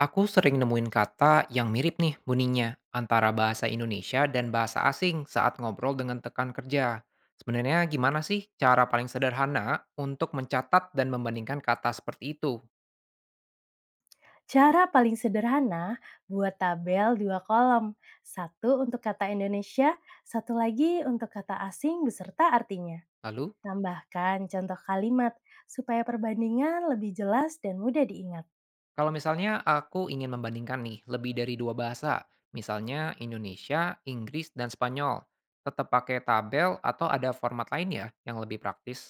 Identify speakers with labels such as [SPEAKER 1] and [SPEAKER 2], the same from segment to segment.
[SPEAKER 1] Aku sering nemuin kata yang mirip nih bunyinya antara bahasa Indonesia dan bahasa asing saat ngobrol dengan tekan kerja. Sebenarnya gimana sih cara paling sederhana untuk mencatat dan membandingkan kata seperti itu?
[SPEAKER 2] Cara paling sederhana buat tabel 2 kolom, satu untuk kata Indonesia, satu lagi untuk kata asing beserta artinya.
[SPEAKER 1] Lalu,
[SPEAKER 2] Tambahkan contoh kalimat supaya perbandingan lebih jelas dan mudah diingat.
[SPEAKER 1] kalau misalnya aku ingin membandingkan nih lebih dari dua bahasa, misalnya Indonesia, Inggris, dan Spanyol, tetap pakai tabel atau ada format lain ya yang lebih praktis?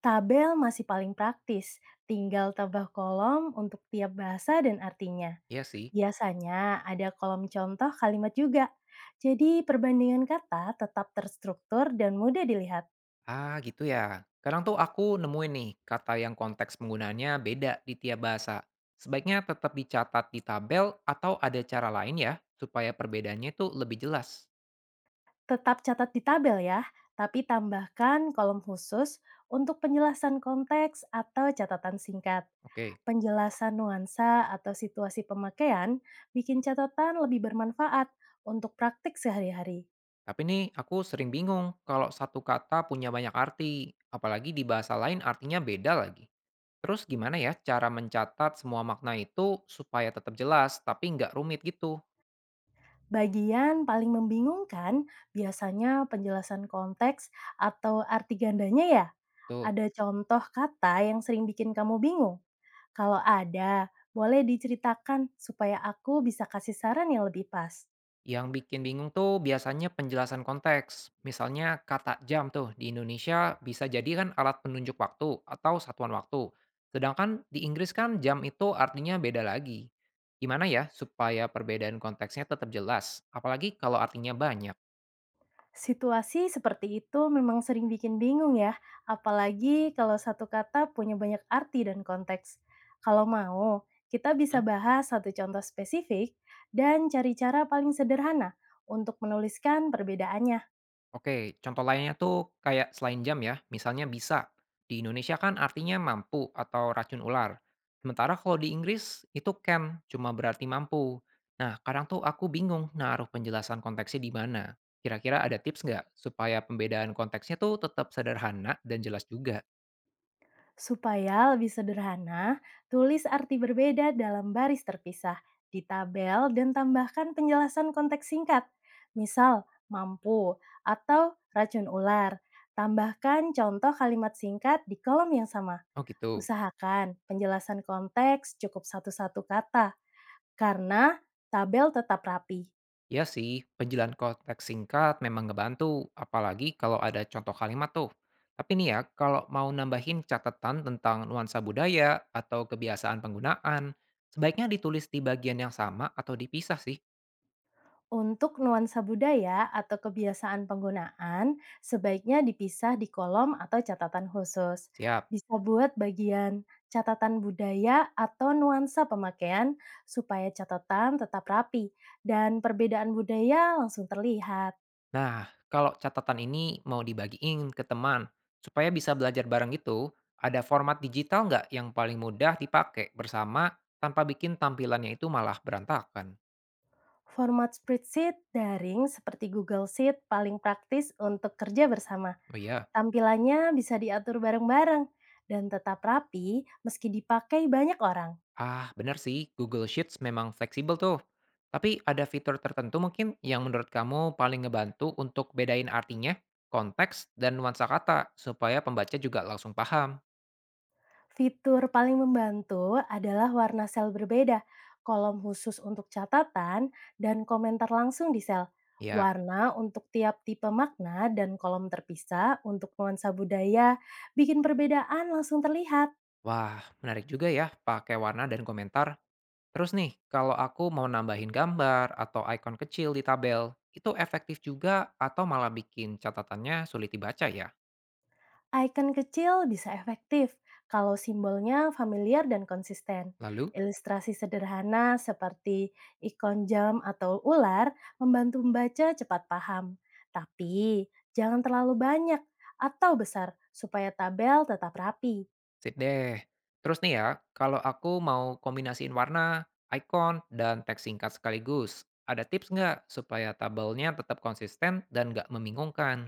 [SPEAKER 2] Tabel masih paling praktis, tinggal tambah kolom untuk tiap bahasa dan artinya.
[SPEAKER 1] Iya sih.
[SPEAKER 2] Biasanya ada kolom contoh kalimat juga, jadi perbandingan kata tetap terstruktur dan mudah dilihat.
[SPEAKER 1] Ah, gitu ya. Kadang tuh aku nemuin nih kata yang konteks penggunaannya beda di tiap bahasa. Sebaiknya tetap dicatat di tabel atau ada cara lain ya supaya perbedaannya itu lebih jelas.
[SPEAKER 2] Tetap catat di tabel ya, tapi tambahkan kolom khusus untuk penjelasan konteks atau catatan singkat.
[SPEAKER 1] Oke,
[SPEAKER 2] Penjelasan nuansa atau situasi pemakaian bikin catatan lebih bermanfaat untuk praktik sehari-hari.
[SPEAKER 1] tapi nih aku sering bingung kalau satu kata punya banyak arti, apalagi di bahasa lain artinya beda lagi. Terus gimana ya cara mencatat semua makna itu supaya tetap jelas tapi nggak rumit gitu?
[SPEAKER 2] Bagian paling membingungkan biasanya penjelasan konteks atau arti gandanya ya.
[SPEAKER 1] Tuh.
[SPEAKER 2] Ada contoh kata yang sering bikin kamu bingung? Kalau ada, boleh diceritakan supaya aku bisa kasih saran yang lebih pas.
[SPEAKER 1] Yang bikin bingung tuh biasanya penjelasan konteks. Misalnya kata jam tuh di Indonesia bisa jadi kan alat penunjuk waktu atau satuan waktu. Sedangkan di Inggris kan jam itu artinya beda lagi. Gimana ya supaya perbedaan konteksnya tetap jelas, apalagi kalau artinya banyak?
[SPEAKER 2] Situasi seperti itu memang sering bikin bingung ya, apalagi kalau satu kata punya banyak arti dan konteks. Kalau mau, kita bisa bahas satu contoh spesifik dan cari cara paling sederhana untuk menuliskan perbedaannya.
[SPEAKER 1] Oke, contoh lainnya tuh kayak selain jam ya, misalnya bisa. Di Indonesia kan artinya mampu atau racun ular. Sementara kalau di Inggris itu can, cuma berarti mampu. Nah, kadang tuh aku bingung naruh penjelasan konteksnya di mana. Kira-kira ada tips nggak supaya pembedaan konteksnya tuh tetap sederhana dan jelas juga?
[SPEAKER 2] Supaya lebih sederhana, tulis arti berbeda dalam baris terpisah di tabel dan tambahkan penjelasan konteks singkat. Misal, mampu atau racun ular. Tambahkan contoh kalimat singkat di kolom yang sama.
[SPEAKER 1] Oh gitu.
[SPEAKER 2] Usahakan penjelasan konteks cukup satu-satu kata, karena tabel tetap rapi.
[SPEAKER 1] Ya sih, penjelasan konteks singkat memang ngebantu, apalagi kalau ada contoh kalimat tuh. Tapi nih ya, kalau mau nambahin catatan tentang nuansa budaya atau kebiasaan penggunaan, sebaiknya ditulis di bagian yang sama atau dipisah sih.
[SPEAKER 2] Untuk nuansa budaya atau kebiasaan penggunaan, sebaiknya dipisah di kolom atau catatan khusus.
[SPEAKER 1] Siap.
[SPEAKER 2] Bisa buat bagian catatan budaya atau nuansa pemakaian supaya catatan tetap rapi dan perbedaan budaya langsung terlihat.
[SPEAKER 1] Nah, kalau catatan ini mau dibagiin ke teman, supaya bisa belajar bareng gitu, ada format digital nggak yang paling mudah dipakai bersama tanpa bikin tampilannya itu malah berantakan?
[SPEAKER 2] Format spreadsheet daring seperti Google Sheet paling praktis untuk kerja bersama.
[SPEAKER 1] Oh iya.
[SPEAKER 2] Tampilannya bisa diatur bareng-bareng dan tetap rapi meski dipakai banyak orang.
[SPEAKER 1] Ah, benar sih, Google Sheets memang fleksibel tuh. Tapi ada fitur tertentu mungkin yang menurut kamu paling ngebantu untuk bedain artinya, konteks, dan nuansa kata supaya pembaca juga langsung paham.
[SPEAKER 2] Fitur paling membantu adalah warna sel berbeda, kolom khusus untuk catatan, dan komentar langsung di sel.
[SPEAKER 1] Ya,
[SPEAKER 2] Warna untuk tiap tipe makna dan kolom terpisah untuk nuansa budaya, bikin perbedaan langsung terlihat.
[SPEAKER 1] wah menarik juga ya pakai warna dan komentar. Terus nih, kalau aku mau nambahin gambar atau ikon kecil di tabel, itu efektif juga atau malah bikin catatannya sulit dibaca ya?
[SPEAKER 2] Icon kecil bisa efektif kalau simbolnya familiar dan konsisten.
[SPEAKER 1] Lalu?
[SPEAKER 2] Ilustrasi sederhana seperti ikon jam atau ular membantu membaca cepat paham. Tapi jangan terlalu banyak atau besar supaya tabel tetap rapi.
[SPEAKER 1] Sip deh. Terus nih ya, kalau aku mau kombinasiin warna, icon, dan teks singkat sekaligus, ada tips nggak supaya tabelnya tetap konsisten dan nggak membingungkan?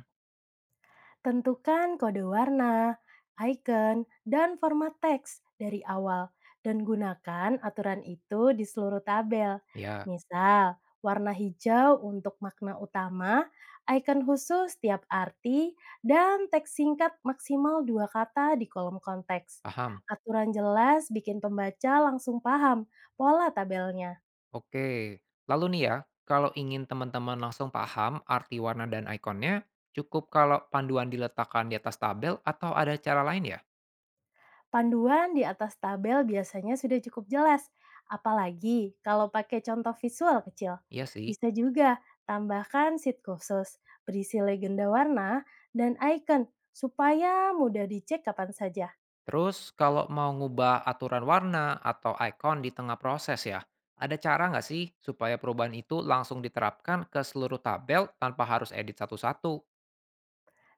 [SPEAKER 2] Tentukan kode warna, icon, dan format teks dari awal dan gunakan aturan itu di seluruh tabel.
[SPEAKER 1] Ya,
[SPEAKER 2] Misal, warna hijau untuk makna utama, icon khusus tiap arti, dan teks singkat maksimal 2 kata di kolom konteks.
[SPEAKER 1] paham.
[SPEAKER 2] Aturan jelas bikin pembaca langsung paham pola tabelnya.
[SPEAKER 1] Oke. Lalu nih ya, kalau ingin teman-teman langsung paham arti warna dan ikonnya, cukup kalau panduan diletakkan di atas tabel atau ada cara lain ya?
[SPEAKER 2] Panduan di atas tabel biasanya sudah cukup jelas, apalagi kalau pakai contoh visual kecil.
[SPEAKER 1] Iya sih.
[SPEAKER 2] Bisa juga tambahkan sheet khusus, berisi legenda warna, dan icon supaya mudah dicek kapan saja.
[SPEAKER 1] Terus kalau mau ngubah aturan warna atau ikon di tengah proses ya, ada cara nggak sih supaya perubahan itu langsung diterapkan ke seluruh tabel tanpa harus edit satu-satu?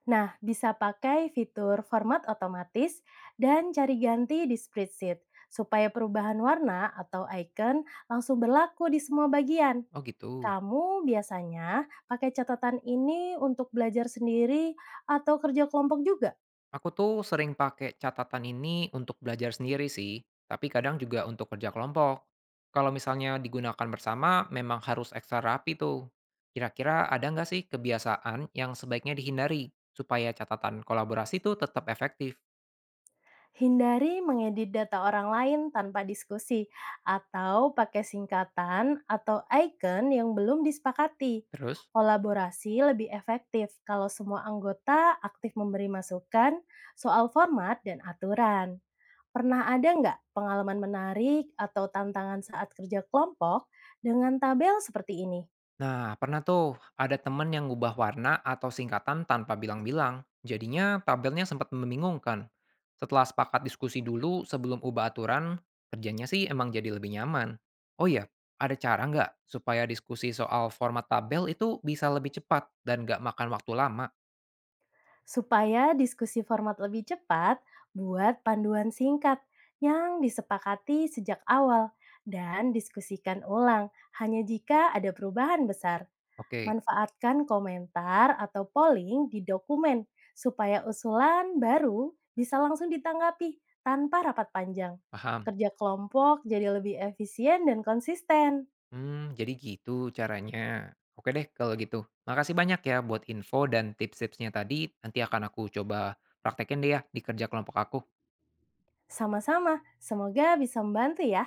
[SPEAKER 2] Nah, bisa pakai fitur format otomatis dan cari ganti di spreadsheet supaya perubahan warna atau icon langsung berlaku di semua bagian.
[SPEAKER 1] Oh gitu.
[SPEAKER 2] Kamu biasanya pakai catatan ini untuk belajar sendiri atau kerja kelompok juga?
[SPEAKER 1] Aku tuh sering pakai catatan ini untuk belajar sendiri sih, tapi kadang juga untuk kerja kelompok. Kalau misalnya digunakan bersama, memang harus ekstra rapi tuh. Kira-kira ada nggak sih kebiasaan yang sebaiknya dihindari supaya catatan kolaborasi tuh tetap efektif?
[SPEAKER 2] Hindari mengedit data orang lain tanpa diskusi atau pakai singkatan atau icon yang belum disepakati.
[SPEAKER 1] Terus?
[SPEAKER 2] Kolaborasi lebih efektif kalau semua anggota aktif memberi masukan soal format dan aturan. Pernah ada nggak pengalaman menarik atau tantangan saat kerja kelompok dengan tabel seperti ini?
[SPEAKER 1] Nah, pernah tuh ada temen yang ngubah warna atau singkatan tanpa bilang-bilang. Jadinya tabelnya sempat membingungkan. Setelah sepakat diskusi dulu sebelum ubah aturan, kerjanya sih emang jadi lebih nyaman. Oh iya, ada cara nggak supaya diskusi soal format tabel itu bisa lebih cepat dan nggak makan waktu lama?
[SPEAKER 2] Supaya diskusi format lebih cepat, buat panduan singkat yang disepakati sejak awal dan diskusikan ulang hanya jika ada perubahan besar.
[SPEAKER 1] Oke,
[SPEAKER 2] Manfaatkan komentar atau polling di dokumen supaya usulan baru bisa langsung ditanggapi tanpa rapat panjang.
[SPEAKER 1] paham.
[SPEAKER 2] Kerja kelompok jadi lebih efisien dan konsisten.
[SPEAKER 1] Hmm, jadi gitu caranya. Oke deh kalau gitu. Makasih banyak ya buat info dan tips-tipsnya tadi. Nanti akan aku coba praktekin deh ya di kerja kelompok aku.
[SPEAKER 2] Sama-sama, semoga bisa membantu ya.